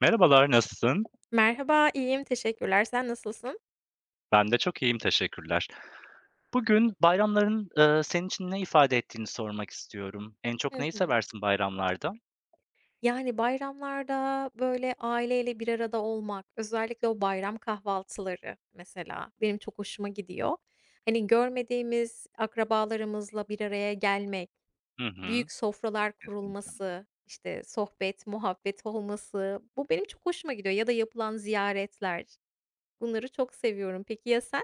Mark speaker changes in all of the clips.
Speaker 1: Merhabalar, nasılsın?
Speaker 2: Merhaba, iyiyim, teşekkürler. Sen nasılsın?
Speaker 1: Ben de çok iyiyim, teşekkürler. Bugün bayramların, senin için ne ifade ettiğini sormak istiyorum. En
Speaker 2: Hı
Speaker 1: çok neyi
Speaker 2: hı.
Speaker 1: seversin bayramlarda?
Speaker 2: Yani, bayramlarda, böyle, aileyle bir arada olmak, özellikle o bayram kahvaltıları mesela benim çok hoşuma gidiyor. Hani, görmediğimiz akrabalarımızla bir araya gelmek,
Speaker 1: Hı hı.
Speaker 2: büyük sofralar
Speaker 1: Kesin.
Speaker 2: kurulması, işte, sohbet, muhabbet olması, bu benim çok hoşuma gidiyor ya da yapılan ziyaretler. Bunları çok seviyorum. Peki ya sen?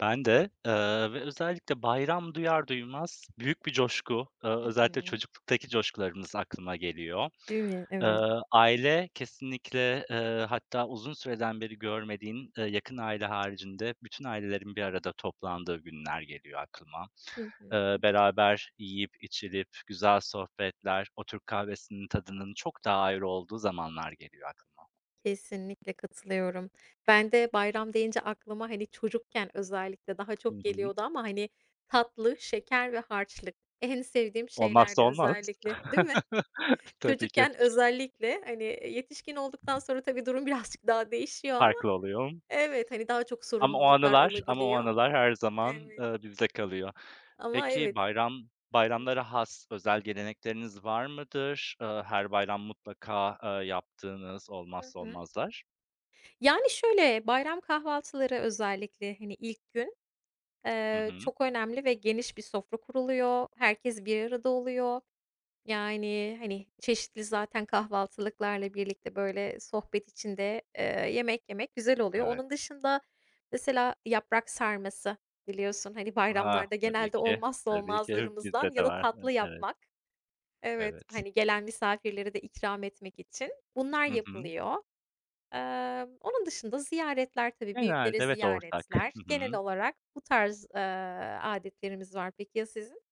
Speaker 1: Ben de, ve özellikle bayram duyar duymaz büyük bir coşku,
Speaker 2: Hı
Speaker 1: özellikle
Speaker 2: hı.
Speaker 1: çocukluktaki coşkularımız aklıma geliyor.
Speaker 2: Değil mi? Evet.
Speaker 1: Aile kesinlikle, hatta uzun süreden beri görmediğin, yakın aile haricinde bütün ailelerin bir arada toplandığı günler geliyor aklıma.
Speaker 2: Hı hı.
Speaker 1: Beraber yiyip içilip güzel sohbetler, o Türk kahvesinin tadının çok daha ayrı olduğu zamanlar geliyor aklıma.
Speaker 2: Kesinlikle katılıyorum. Ben de bayram deyince aklıma, hani, çocukken özellikle daha
Speaker 1: Hı
Speaker 2: çok
Speaker 1: hı.
Speaker 2: geliyordu ama, hani, tatlı, şeker ve harçlık en sevdiğim
Speaker 1: Olmazsa
Speaker 2: şeylerdi
Speaker 1: olmaz.
Speaker 2: özellikle, değil mi?
Speaker 1: Tabii ki
Speaker 2: Çocukken özellikle, hani, yetişkin olduktan sonra tabii durum birazcık daha değişiyor ama
Speaker 1: farklı oluyor.
Speaker 2: evet, hani, daha çok
Speaker 1: Ama o
Speaker 2: sorumluluklar
Speaker 1: anılar ama o
Speaker 2: olabiliyor.
Speaker 1: anılar her zaman,
Speaker 2: Evet,
Speaker 1: bizde kalıyor.
Speaker 2: ama
Speaker 1: Peki
Speaker 2: evet.
Speaker 1: bayram
Speaker 2: Hı hı.
Speaker 1: bayramlara has özel gelenekleriniz var mıdır? Her bayram mutlaka, yaptığınız
Speaker 2: Hı
Speaker 1: olmazsa
Speaker 2: hı.
Speaker 1: olmazlar?
Speaker 2: Yani, şöyle, bayram kahvaltıları özellikle, hani, ilk gün,
Speaker 1: Hı hı.
Speaker 2: çok önemli ve geniş bir sofra kuruluyor. Herkes bir arada oluyor. Yani, hani, çeşitli zaten kahvaltılıklarla birlikte, böyle, sohbet içinde, yemek yemek güzel oluyor.
Speaker 1: Evet.
Speaker 2: Onun dışında mesela yaprak sarması biliyorsun, hani,
Speaker 1: Ha,
Speaker 2: bayramlarda
Speaker 1: tabii
Speaker 2: genelde
Speaker 1: ki.
Speaker 2: olmazsa
Speaker 1: Tabii ki bizde
Speaker 2: olmazlarımızdan
Speaker 1: de
Speaker 2: ya da
Speaker 1: var.
Speaker 2: tatlı
Speaker 1: Evet,
Speaker 2: yapmak. Evet,
Speaker 1: evet.
Speaker 2: hani, gelen misafirleri de ikram etmek için bunlar
Speaker 1: Hı hı.
Speaker 2: yapılıyor. Onun dışında ziyaretler tabii, büyüklere
Speaker 1: Genelde evet ortak.
Speaker 2: ziyaretler.
Speaker 1: Hı
Speaker 2: Genel
Speaker 1: hı.
Speaker 2: olarak bu tarz, adetlerimiz var. Peki ya sizin?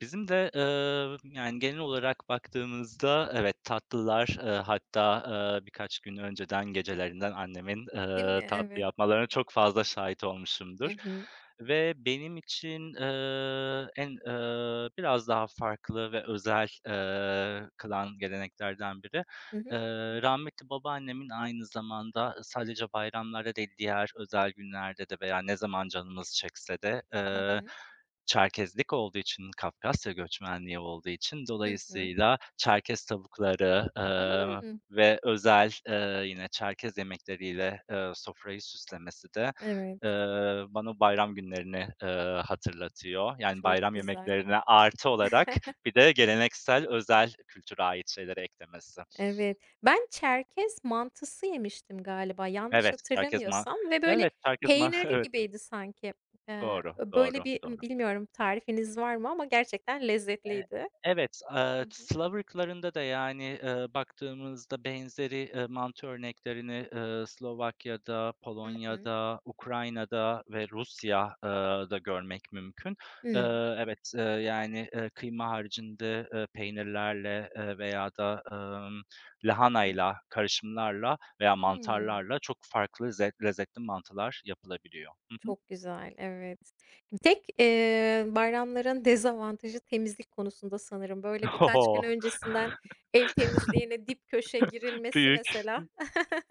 Speaker 1: Bizim de, yani, genel olarak baktığımızda evet, tatlılar, hatta, birkaç gün önceden, gecelerinden annemin,
Speaker 2: Değil mi?
Speaker 1: tatlı
Speaker 2: Evet.
Speaker 1: yapmalarına çok fazla şahit
Speaker 2: Hı
Speaker 1: olmuşumdur
Speaker 2: hı.
Speaker 1: ve benim için, en, biraz daha farklı ve özel, kılan geleneklerden biri,
Speaker 2: Hı hı.
Speaker 1: rahmetli babaannemin aynı zamanda sadece bayramlarda değil, diğer özel günlerde de veya ne zaman canımız çekse de,
Speaker 2: Hı hı.
Speaker 1: Çerkezlik olduğu için, Kafkasya göçmenliği olduğu için
Speaker 2: Hı hı.
Speaker 1: dolayısıyla Çerkez tavukları,
Speaker 2: Hmm.
Speaker 1: ve özel, yine Çerkez yemekleriyle, sofrayı süslemesi de,
Speaker 2: Evet,
Speaker 1: eee, bana bayram günlerini, hatırlatıyor. Yani
Speaker 2: çok
Speaker 1: bayram
Speaker 2: güzel.
Speaker 1: yemeklerine artı olarak bir de geleneksel özel kültüre ait şeyleri eklemesi.
Speaker 2: Evet, ben çerkez mantısı yemiştim galiba yanlış
Speaker 1: Evet, Çerkez ma
Speaker 2: hatırlamıyorsam ve böyle
Speaker 1: Evet, Çerkez ma
Speaker 2: peynirli
Speaker 1: Evet,
Speaker 2: gibiydi sanki.
Speaker 1: doğru,
Speaker 2: Böyle
Speaker 1: doğru,
Speaker 2: bir,
Speaker 1: doğru.
Speaker 2: bilmiyorum tarifiniz var mı ama gerçekten
Speaker 1: Eee,
Speaker 2: lezzetliydi.
Speaker 1: evet,
Speaker 2: Hı hı.
Speaker 1: Slav ırklarında da, yani, baktığımızda benzeri, mantı örneklerini, Slovakya'da,
Speaker 2: Hı hı.
Speaker 1: Polonya'da, Ukrayna'da ve Rusya'da görmek mümkün.
Speaker 2: Hımm.
Speaker 1: Evet, yani, kıyma haricinde, peynirlerle, veya da,
Speaker 2: Hı hı.
Speaker 1: lahanayla, karışımlarla veya
Speaker 2: Hımm.
Speaker 1: mantarlarla çok farklı lezzetli mantılar yapılabiliyor. Hı hı.
Speaker 2: Çok güzel, evet. Tek, bayramların dezavantajı temizlik konusunda sanırım. Böyle birkaç gün
Speaker 1: O!
Speaker 2: öncesinden ev temizliğine dip köşe girilmesi
Speaker 1: Büyük.
Speaker 2: mesela.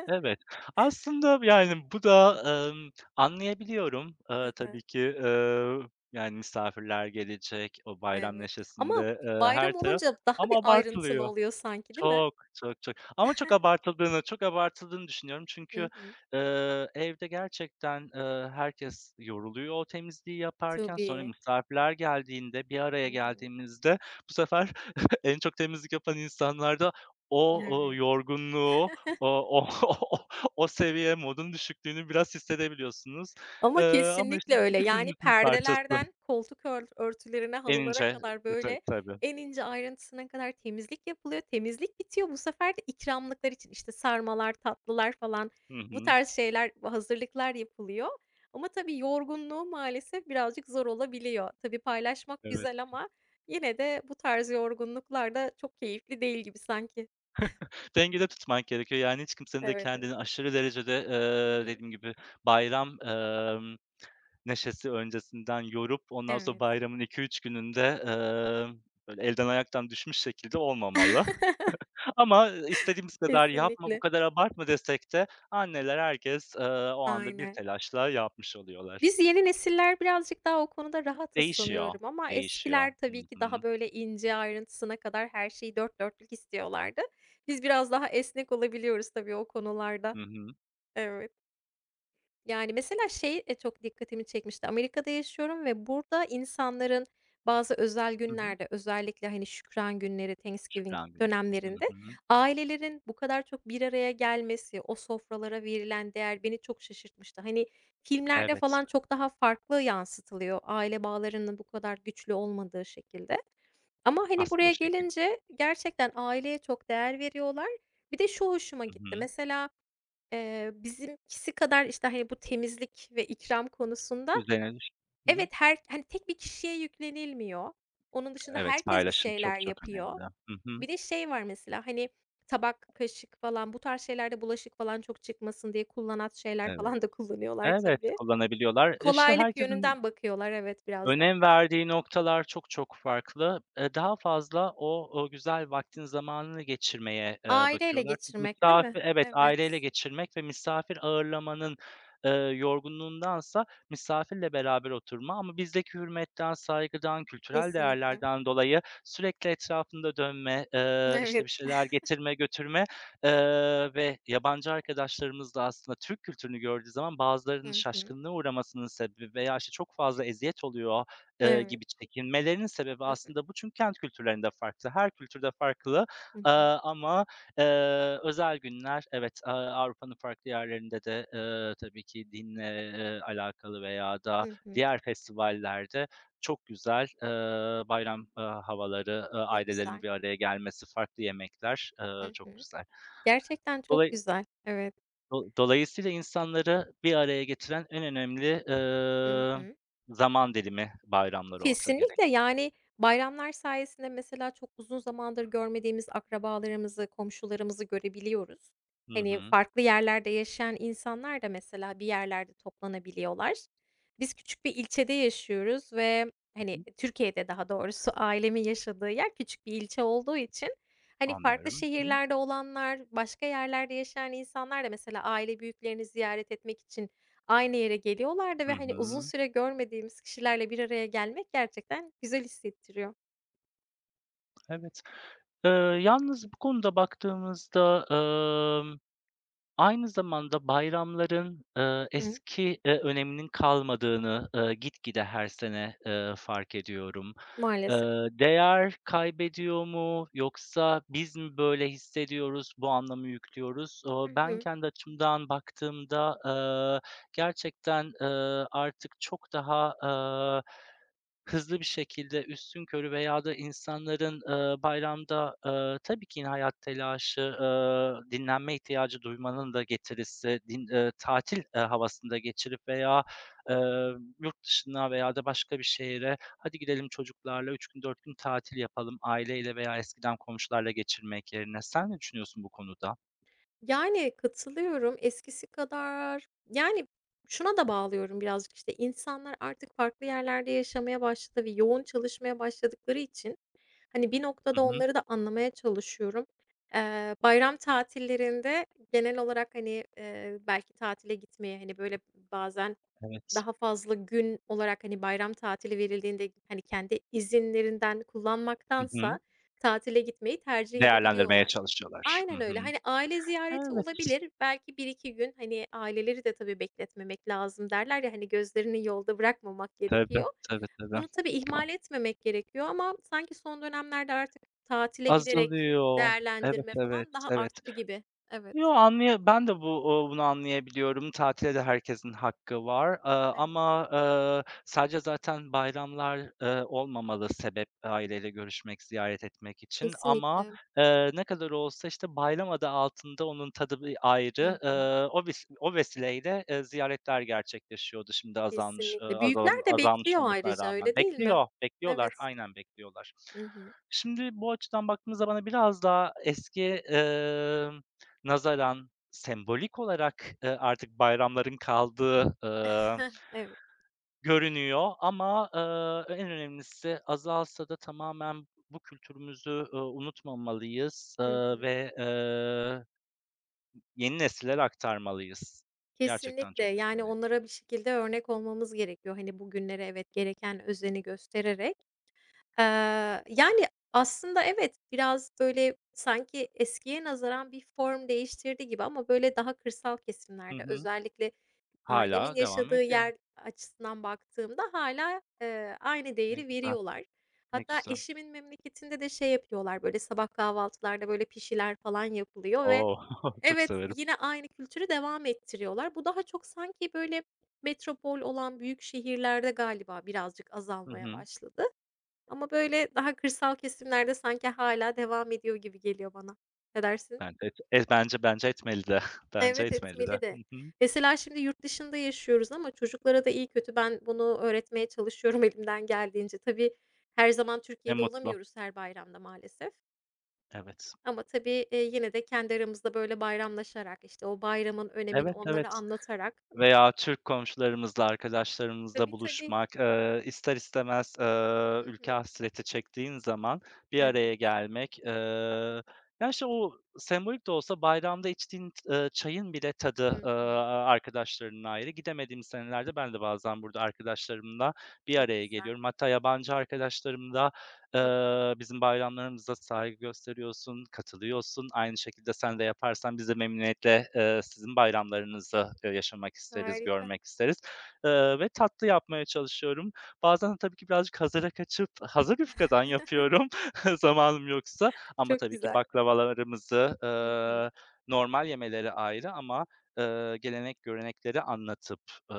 Speaker 1: Evet. Aslında, yani, bu da, emm, anlayabiliyorum. Tabii ki, yani, misafirler gelecek, o bayram
Speaker 2: Evet ama
Speaker 1: neşesinde, her
Speaker 2: bayram
Speaker 1: taraf
Speaker 2: olunca daha
Speaker 1: ama
Speaker 2: bir ayrıntılı
Speaker 1: abartılıyor.
Speaker 2: oluyor sanki, değil mi?
Speaker 1: Çok, çok, çok ama çok abartıldığını düşünüyorum.
Speaker 2: Hı
Speaker 1: Çünkü,
Speaker 2: hı.
Speaker 1: evde gerçekten, herkes yoruluyor o temizliği yaparken. Sonra
Speaker 2: Tabii.
Speaker 1: misafirler geldiğinde, bir
Speaker 2: Hı
Speaker 1: araya
Speaker 2: hı.
Speaker 1: geldiğimizde bu sefer en çok temizlik yapan insanlarda
Speaker 2: Evet.
Speaker 1: yorgunluğu, o o o seviye, modun düşüklüğünü biraz hissedebiliyorsunuz.
Speaker 2: Ama
Speaker 1: Ama işte
Speaker 2: kesinlikle
Speaker 1: bizim
Speaker 2: öyle. Yani
Speaker 1: kültürümüzün parçası.
Speaker 2: perdelerden koltuk örtülerine,
Speaker 1: En
Speaker 2: halılara
Speaker 1: ince
Speaker 2: kadar
Speaker 1: detayı
Speaker 2: böyle
Speaker 1: tabii.
Speaker 2: en ince ayrıntısına kadar temizlik yapılıyor. Temizlik bitiyor. Bu sefer de ikramlıklar için işte sarmalar, tatlılar falan
Speaker 1: Hı
Speaker 2: bu
Speaker 1: hı.
Speaker 2: tarz şeyler, bu hazırlıklar yapılıyor. Ama tabii yorgunluğu maalesef birazcık zor olabiliyor. Tabii paylaşmak güzel
Speaker 1: Evet.
Speaker 2: ama yine de bu tarz yorgunluklar da çok keyifli değil gibi sanki.
Speaker 1: Dengede tutmak gerekiyor. Yani hiç kimsenin de
Speaker 2: Evet, evet.
Speaker 1: kendini aşırı derecede,
Speaker 2: Hı hı.
Speaker 1: dediğim gibi bayram, neşesi öncesinden yorup ondan sonra
Speaker 2: Evet.
Speaker 1: bayramın iki üç gününde, böyle elden ayaktan düşmüş şekilde olmamalı. Ama istediğimiz kadar yapma, bu
Speaker 2: Kesinlikle.
Speaker 1: kadar abartma desek de anneler, herkes, o anda bir
Speaker 2: Aynen.
Speaker 1: telaşla yapmış oluyorlar.
Speaker 2: Biz yeni nesiller birazcık daha o konuda rahatız
Speaker 1: Değişiyor,
Speaker 2: sanıyorum ama
Speaker 1: değişiyor.
Speaker 2: eskiler
Speaker 1: Hı
Speaker 2: tabii ki
Speaker 1: hı.
Speaker 2: daha böyle ince ayrıntısına kadar her şeyi dört dörtlük istiyorlardı. Biz biraz daha esnek olabiliyoruz tabii o konularda.
Speaker 1: Hı hı.
Speaker 2: Evet. Yani, mesela şey, çok dikkatimi çekmişti. Amerika'da yaşıyorum ve burada insanların bazı özel
Speaker 1: Hı hı.
Speaker 2: günlerde, özellikle, hani, şükran günleri, Thanksgiving
Speaker 1: Şükran günü. Hı
Speaker 2: dönemlerinde
Speaker 1: hı.
Speaker 2: ailelerin bu kadar çok bir araya gelmesi, o sofralara verilen değer beni çok şaşırtmıştı. Hani, filmlerde
Speaker 1: Evet,
Speaker 2: falan çok daha farklı yansıtılıyor aile bağlarının bu kadar güçlü olmadığı şekilde. Ama, hani,
Speaker 1: aslında o
Speaker 2: buraya
Speaker 1: şekil.
Speaker 2: gelince gerçekten aileye çok değer veriyorlar. Bir de şu hoşuma
Speaker 1: Hı
Speaker 2: gitti.
Speaker 1: hı.
Speaker 2: Mesela bizimkisi kadar, işte, hani, bu temizlik ve ikram konusunda
Speaker 1: Üzerine düş. Hı hı.
Speaker 2: evet, her hani, tek bir kişiye yüklenilmiyor. Onun dışında
Speaker 1: Evet,
Speaker 2: herkes bir
Speaker 1: paylaşım çok
Speaker 2: şeyler
Speaker 1: çok önemli.
Speaker 2: yapıyor.
Speaker 1: Hı hı.
Speaker 2: Bir de şey var mesela, hani, tabak, kaşık falan bu tarz şeylerde bulaşık falan çok çıkmasın diye kullanat şeyler
Speaker 1: Evet.
Speaker 2: falan da kullanıyorlar
Speaker 1: Evet,
Speaker 2: tabii.
Speaker 1: kullanabiliyorlar. E, İşte,
Speaker 2: Kolaylık
Speaker 1: herkesin
Speaker 2: yönünden bakıyorlar, evet, biraz da.
Speaker 1: önem verdiği noktalar çok çok farklı. Daha fazla o güzel vaktin zamanını geçirmeye,
Speaker 2: Aileyle
Speaker 1: bakıyorlar. Çünkü
Speaker 2: geçirmek, değil mi?
Speaker 1: misafir. Evet, aileyle
Speaker 2: Evet,
Speaker 1: geçirmek ve misafir ağırlamanın, yorgunluğundansa misafirle beraber oturma ama bizdeki hürmetten, saygıdan, kültürel
Speaker 2: kesinlikle.
Speaker 1: değerlerden dolayı sürekli etrafında dönme, işte, bir
Speaker 2: Evet.
Speaker 1: şeyler getirme, götürme. Ve yabancı arkadaşlarımız da aslında Türk kültürünü gördüğü zaman bazılarının
Speaker 2: Hı hı.
Speaker 1: şaşkınlığa uğramasının sebebi veya, işte, çok fazla eziyet oluyor,
Speaker 2: Evet.
Speaker 1: gibi çekinmelerinin sebebi
Speaker 2: Hı hı.
Speaker 1: aslında bu. Çünkü kent kültürlerinde farklı, her kültürde farklı,
Speaker 2: Hı
Speaker 1: eee,
Speaker 2: hı.
Speaker 1: ama, özel günler evet, Avrupa'nın farklı yerlerinde de, tabii ki dinle, alakalı veya da
Speaker 2: Hı hı.
Speaker 1: diğer festivallerde çok güzel, bayram, havaları,
Speaker 2: Ne
Speaker 1: ailelerin
Speaker 2: güzel.
Speaker 1: bir araya gelmesi, farklı yemekler,
Speaker 2: Hı
Speaker 1: çok
Speaker 2: hı.
Speaker 1: güzel.
Speaker 2: Gerçekten çok
Speaker 1: Dolay
Speaker 2: güzel. Evet.
Speaker 1: dolayısıyla insanları bir araya getiren en önemli,
Speaker 2: Hı hı.
Speaker 1: zaman dilimi bayramları olsa gerek.
Speaker 2: Kesinlikle, yani, bayramlar sayesinde mesela çok uzun zamandır görmediğimiz akrabalarımızı, komşularımızı görebiliyoruz.
Speaker 1: Hı hı.
Speaker 2: Hani,
Speaker 1: Hı
Speaker 2: farklı yerlerde yaşayan insanlar da mesela bir yerlerde toplanabiliyorlar. Biz küçük bir ilçede yaşıyoruz ve, hani,
Speaker 1: hı.
Speaker 2: Türkiye'de daha doğrusu ailemin yaşadığı yer küçük bir ilçe olduğu için, hani, farklı
Speaker 1: Anlıyorum. Hı hı.
Speaker 2: şehirlerde olanlar, başka yerlerde yaşayan insanlar da mesela aile büyüklerini ziyaret etmek için aynı yere geliyorlardı
Speaker 1: Hı
Speaker 2: ve, hani, uzun
Speaker 1: hı.
Speaker 2: süre görmediğimiz kişilerle bir araya gelmek gerçekten güzel hissettiriyor.
Speaker 1: Evet. Eee, yalnız bu konuda baktığımızda, aynı zamanda bayramların,
Speaker 2: Hı hı.
Speaker 1: eski, öneminin kalmadığını, gitgide her sene, fark ediyorum.
Speaker 2: Maalesef.
Speaker 1: Değer kaybediyor mu yoksa biz mi böyle hissediyoruz, bu anlamı yüklüyoruz?
Speaker 2: Hı
Speaker 1: Ben
Speaker 2: hı.
Speaker 1: kendi açımdan baktığımda, gerçekten, artık çok daha, hızlı bir şekilde üstünkörü veya da insanların, bayramda, tabii ki yine hayat telaşı, dinlenme ihtiyacı duymanın da getirisi, din tatil, havasında geçirip veya, eee, yurt dışına veya da başka bir şehre, "Hadi gidelim çocuklarla 3 gün 4 gün tatil yapalım." aileyle veya eskiden komşularla geçirmek yerine. Sen ne düşünüyorsun bu konuda?
Speaker 2: Yani, katılıyorum. Eskisi kadar. Yani, şuna da bağlıyorum birazcık, işte, insanlar artık farklı yerlerde yaşamaya başladı ve yoğun çalışmaya başladıkları için, hani, bir
Speaker 1: Hı
Speaker 2: noktada
Speaker 1: hı,
Speaker 2: onları da anlamaya çalışıyorum. Bayram tatillerinde genel olarak, hani, belki tatile gitmeye, hani, böyle, bazen
Speaker 1: evet.
Speaker 2: daha fazla gün olarak, hani, bayram tatili verildiğinde, hani, kendi izinlerinden
Speaker 1: Hı hı.
Speaker 2: kullanmaktansa tatile gitmeyi tercih
Speaker 1: Değerlendirmeye
Speaker 2: edebiliyorlar.
Speaker 1: çalışıyorlar. Hı
Speaker 2: Aynen
Speaker 1: hı.
Speaker 2: öyle. Hani, aile ziyareti
Speaker 1: Evet.
Speaker 2: olabilir. Belki bir iki gün, hani, aileleri de tabii bekletmemek lazım derler ya, hani, gözlerini yolda bırakmamak
Speaker 1: Tabii,
Speaker 2: gerekiyor.
Speaker 1: tabii,
Speaker 2: Bunu
Speaker 1: tabii.
Speaker 2: tabii ihmal etmemek gerekiyor ama sanki son dönemlerde artık tatile giderek
Speaker 1: Azalıyor. Evet,
Speaker 2: değerlendirme
Speaker 1: evet,
Speaker 2: falan daha
Speaker 1: evet.
Speaker 2: arttı gibi.
Speaker 1: Yo,
Speaker 2: Evet,
Speaker 1: anlaya ben de bu o bunu anlayabiliyorum. Tatile de herkesin hakkı var,
Speaker 2: evet.
Speaker 1: ama, sadece zaten bayramlar, olmamalı sebep aileyle görüşmek, ziyaret etmek için ama,
Speaker 2: Kesinlikle.
Speaker 1: ne kadar olsa, işte, bayram adı altında onun tadı bir ayrı.
Speaker 2: Hı hı.
Speaker 1: O vesileyle, ziyaretler gerçekleşiyordu şimdi azalmış,
Speaker 2: Kesinlikle.
Speaker 1: azalan
Speaker 2: Büyükler de
Speaker 1: azalmış
Speaker 2: bekliyor
Speaker 1: olmasına
Speaker 2: ayrıca,
Speaker 1: rağmen.
Speaker 2: öyle değil mi?
Speaker 1: Bekliyor, bekliyorlar.
Speaker 2: Evet.
Speaker 1: Aynen bekliyorlar.
Speaker 2: Hı hı.
Speaker 1: Şimdi bu açıdan baktığımızda bana biraz daha eski, emm nazaran sembolik olarak, artık bayramların kaldığı,
Speaker 2: Evet.
Speaker 1: görünüyor ama, en önemlisi azalsa da tamamen bu kültürümüzü, unutmamalıyız,
Speaker 2: Hı hı.
Speaker 1: ve, yeni nesillere aktarmalıyız. Gerçekten
Speaker 2: Kesinlikle,
Speaker 1: çok çok
Speaker 2: yani
Speaker 1: önemli.
Speaker 2: onlara bir şekilde örnek olmamız gerekiyor. Hani, bugünlere evet, gereken özeni göstererek. Eee, yani, aslında evet, biraz, böyle, sanki eskiye nazaran bir form değiştirdi gibi ama, böyle, daha kırsal
Speaker 1: Hı
Speaker 2: kesimlerde
Speaker 1: hı.
Speaker 2: özellikle ailemin
Speaker 1: Hâlâ devam
Speaker 2: yaşadığı
Speaker 1: ediyor.
Speaker 2: yer açısından baktığımda hala aynı
Speaker 1: Ne
Speaker 2: değeri
Speaker 1: güzel,
Speaker 2: veriyorlar.
Speaker 1: ne
Speaker 2: Hatta
Speaker 1: güzel.
Speaker 2: eşimin memleketinde de şey yapıyorlar, böyle, sabah kahvaltılarda, böyle, pişiler falan yapılıyor ve
Speaker 1: O! Çok
Speaker 2: evet,
Speaker 1: severim.
Speaker 2: yine aynı kültürü devam ettiriyorlar. Bu daha çok sanki, böyle, metropol olan büyük şehirlerde galiba birazcık
Speaker 1: Hı
Speaker 2: azalmaya
Speaker 1: hı.
Speaker 2: başladı. Ama, böyle, daha kırsal kesimlerde sanki hâlâ devam ediyor gibi geliyor bana. Ne dersin?
Speaker 1: Bence etmeli de. Bence
Speaker 2: Evet,
Speaker 1: etmeli de.
Speaker 2: etmeli de.
Speaker 1: Hı hı.
Speaker 2: Mesela şimdi yurt dışında yaşıyoruz ama çocuklara da iyi kötü ben bunu öğretmeye çalışıyorum elimden geldiğince. Tabii her zaman
Speaker 1: Ne
Speaker 2: Türkiye'de
Speaker 1: mutlu.
Speaker 2: olamıyoruz her bayramda maalesef
Speaker 1: Evet.
Speaker 2: ama tabii, yine de kendi aramızda, böyle, bayramlaşarak, işte, o bayramın önemini
Speaker 1: Evet,
Speaker 2: onlara
Speaker 1: evet.
Speaker 2: anlatarak.
Speaker 1: Veya Türk komşularımızla, arkadaşlarımızla
Speaker 2: Tabii, tabii.
Speaker 1: buluşmak, ister istemez,
Speaker 2: Hı
Speaker 1: ülke
Speaker 2: hı.
Speaker 1: hasreti çektiğin zaman bir araya
Speaker 2: Evet.
Speaker 1: gelmek, ya, işte, o sembolik de olsa bayramda içtiğin, çayın bile tadı,
Speaker 2: Hı hı.
Speaker 1: arkadaşlarına ayrı. Gidemediğim senelerde ben de bazen burada arkadaşlarımla bir
Speaker 2: Çok
Speaker 1: araya
Speaker 2: güzel.
Speaker 1: geliyorum. Hatta yabancı arkadaşlarım da,
Speaker 2: Hı hı.
Speaker 1: Bizim bayramlarımıza saygı gösteriyorsun, katılıyorsun. Aynı şekilde sen de yaparsan biz de memnuniyetle, sizin bayramlarınızı, yaşamak isteriz,
Speaker 2: Harika.
Speaker 1: görmek isteriz, ve tatlı yapmaya çalışıyorum. Bazen de tabii ki birazcık hazıra kaçıp hazır yufkadan yapıyorum zamanım yoksa ama
Speaker 2: Çok
Speaker 1: tabii ki
Speaker 2: güzel.
Speaker 1: baklavalarımızı,
Speaker 2: Hı hı.
Speaker 1: normal yemeleri ayrı ama, gelenek görenekleri anlatıp, eee,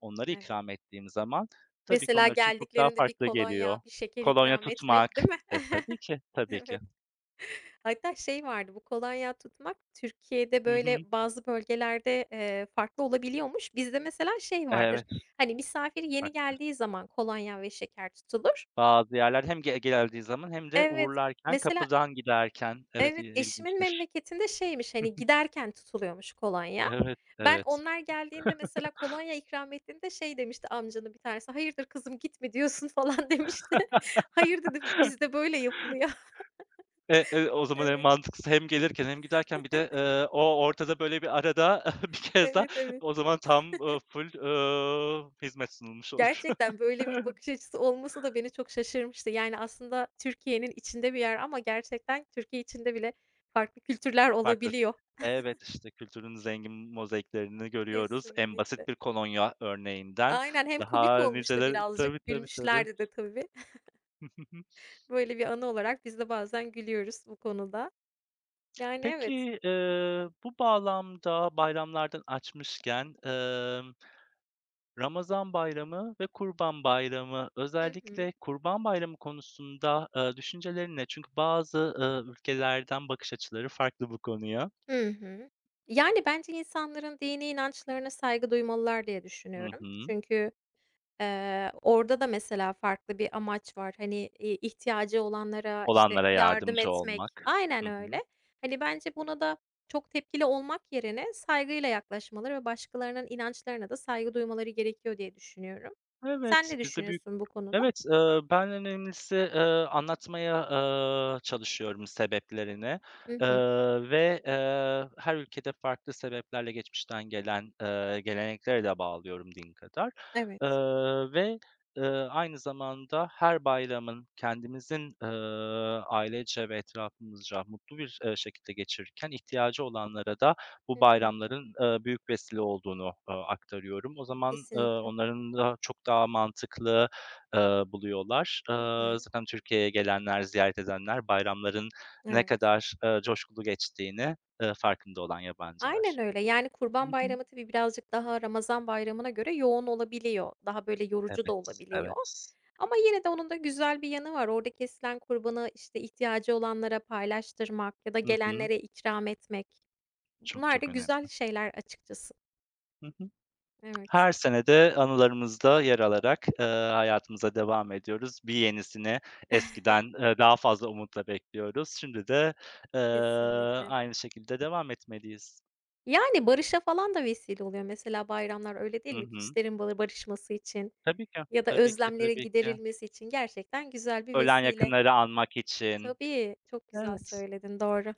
Speaker 1: onları
Speaker 2: Evet.
Speaker 1: ikram ettiğim zaman tabii ki
Speaker 2: Mesela
Speaker 1: onlar için çok daha
Speaker 2: geldiklerinde bir
Speaker 1: farklı geliyor.
Speaker 2: kolonya, bir şeker
Speaker 1: Kolonya
Speaker 2: ikram
Speaker 1: tutmak.
Speaker 2: etmek, değil mi?
Speaker 1: E, tabii ki, tabii ki.
Speaker 2: Evet. Hatta şey vardı, bu kolonya tutmak Türkiye'de,
Speaker 1: Hı hı.
Speaker 2: böyle, bazı bölgelerde, farklı olabiliyormuş. Bizde mesela şey vardır,
Speaker 1: Evet,
Speaker 2: hani, misafir
Speaker 1: bak
Speaker 2: yeni geldiği zaman kolonya ve şeker tutulur.
Speaker 1: bazı yerler hem geldiği zaman hem de
Speaker 2: Evet.
Speaker 1: uğurlarken,
Speaker 2: Mesela
Speaker 1: kapıdan giderken. Evet,
Speaker 2: evet, eşimin
Speaker 1: ilginçtir.
Speaker 2: memleketinde şeymiş, hani, giderken tutuluyormuş kolonya.
Speaker 1: Evet,
Speaker 2: Ben
Speaker 1: evet.
Speaker 2: onlar geldiğinde mesela kolonya ikram ettiğinde şey demişti amcanın bir tanesi, "Hayırdır kızım git mi diyorsun?" falan demişti. "Hayır," dedim, "bizde böyle yapılıyor."
Speaker 1: E, e, o zaman en
Speaker 2: Evet,
Speaker 1: mantıklısı hem gelirken hem giderken bir de, o ortada böyle bir arada bir kez daha
Speaker 2: evet, evet.
Speaker 1: o zaman tam, full, hizmet sunulmuş olur.
Speaker 2: Gerçekten böyle bir bakış açısı olması da beni çok şaşırmıştı. Yani, aslında Türkiye'nin içinde bir yer ama gerçekten Türkiye içinde bile farklı kültürler
Speaker 1: Farklı.
Speaker 2: olabiliyor.
Speaker 1: Evet, işte kültürün zengin mozaiklerini görüyoruz. En basit
Speaker 2: Kesinlikle.
Speaker 1: bir kolonya örneğinden
Speaker 2: Aynen, hem komik
Speaker 1: daha
Speaker 2: olmuştu
Speaker 1: niceleri. Tabii,
Speaker 2: birazcık,
Speaker 1: tabii, tabii.
Speaker 2: gülmüşlerdi de tabii.
Speaker 1: Hı hı.
Speaker 2: Böyle bir anı olarak biz de bazen gülüyoruz bu konuda. Yani, evet.
Speaker 1: Peki,
Speaker 2: Hı hı.
Speaker 1: bu bağlamda bayramlardan açmışken, Ramazan Bayramı ve Kurban Bayramı,
Speaker 2: Hı hı.
Speaker 1: özellikle Kurban Bayramı konusunda, düşüncelerin ne? Çünkü bazı, ülkelerden bakış açıları farklı bu konuya.
Speaker 2: Yani, bence insanların dini inançlarına saygı duymalılar diye
Speaker 1: Hı
Speaker 2: düşünüyorum.
Speaker 1: hı.
Speaker 2: Çünkü, orada da mesela farklı bir amaç var. Hani, ihtiyacı olanlara, işte,
Speaker 1: Olanlara
Speaker 2: yardım
Speaker 1: yardımcı
Speaker 2: etmek.
Speaker 1: olmak.
Speaker 2: Aynen
Speaker 1: Hı hı.
Speaker 2: öyle. Hani, bence buna da çok tepkili olmak yerine saygıyla yaklaşmaları ve başkalarının inançlarına da saygı duymaları gerekiyor diye düşünüyorum. Sen
Speaker 1: Evet,
Speaker 2: ne
Speaker 1: bizde.
Speaker 2: düşünüyorsun bu konuda?
Speaker 1: Evet, ben en önemlisi, anlatmaya, çalışıyorum sebeplerini,
Speaker 2: Hı hı.
Speaker 1: eee, ve, her ülkede farklı sebeplerle geçmişten gelen, geleneklere de bağlıyorum din kadar, eee,
Speaker 2: Evet.
Speaker 1: ve, eee, aynı zamanda her bayramın kendimizin, ailece ve etrafımızca mutlu bir, şekilde geçirirken ihtiyacı olanlara da bu
Speaker 2: Hı hı.
Speaker 1: bayramların, büyük vesile olduğunu, aktarıyorum. O zaman,
Speaker 2: Kesinlikle.
Speaker 1: onların da çok daha mantıklı buluyorlar.
Speaker 2: Hı hı.
Speaker 1: Zaten Türkiye'ye gelenler, ziyaret edenler bayramların ne
Speaker 2: Evet.
Speaker 1: kadar, coşkulu geçtiğini, farkında olan yabancılar.
Speaker 2: Aynen öyle. Yani
Speaker 1: Hı
Speaker 2: Kurban
Speaker 1: hı.
Speaker 2: Bayramı tabii birazcık daha Ramazan Bayramı'na göre yoğun olabiliyor. Daha böyle yorucu da
Speaker 1: Evet,
Speaker 2: olabiliyor.
Speaker 1: evet.
Speaker 2: Ama yine de onun da güzel bir yanı var. Orada kesilen kurbanı işte ihtiyacı olanlara paylaştırmak ya da
Speaker 1: Hı hı.
Speaker 2: gelenlere ikram etmek.
Speaker 1: Çok
Speaker 2: Bunlar da
Speaker 1: çok önemli.
Speaker 2: güzel şeyler açıkçası.
Speaker 1: Hı hı.
Speaker 2: Evet,
Speaker 1: Her sene de anılarımızda yer alarak, hayatımıza devam ediyoruz. Bir yenisini eskiden, daha fazla umutla bekliyoruz. Şimdi de, eee,
Speaker 2: kesinlikle.
Speaker 1: aynı şekilde devam etmeliyiz.
Speaker 2: Yani barışa falan da vesile oluyor. Mesela bayramlar öyle
Speaker 1: Hı
Speaker 2: değil mi?
Speaker 1: hı.
Speaker 2: Küslerin barışması için
Speaker 1: Tabii ki,
Speaker 2: ya da
Speaker 1: tabii ki,
Speaker 2: özlemlerin
Speaker 1: tabii ki.
Speaker 2: giderilmesi için gerçekten güzel bir
Speaker 1: Ölen
Speaker 2: vesile.
Speaker 1: yakınları anmak için.
Speaker 2: Tabii, çok güzel
Speaker 1: Evet.
Speaker 2: söyledin, doğru.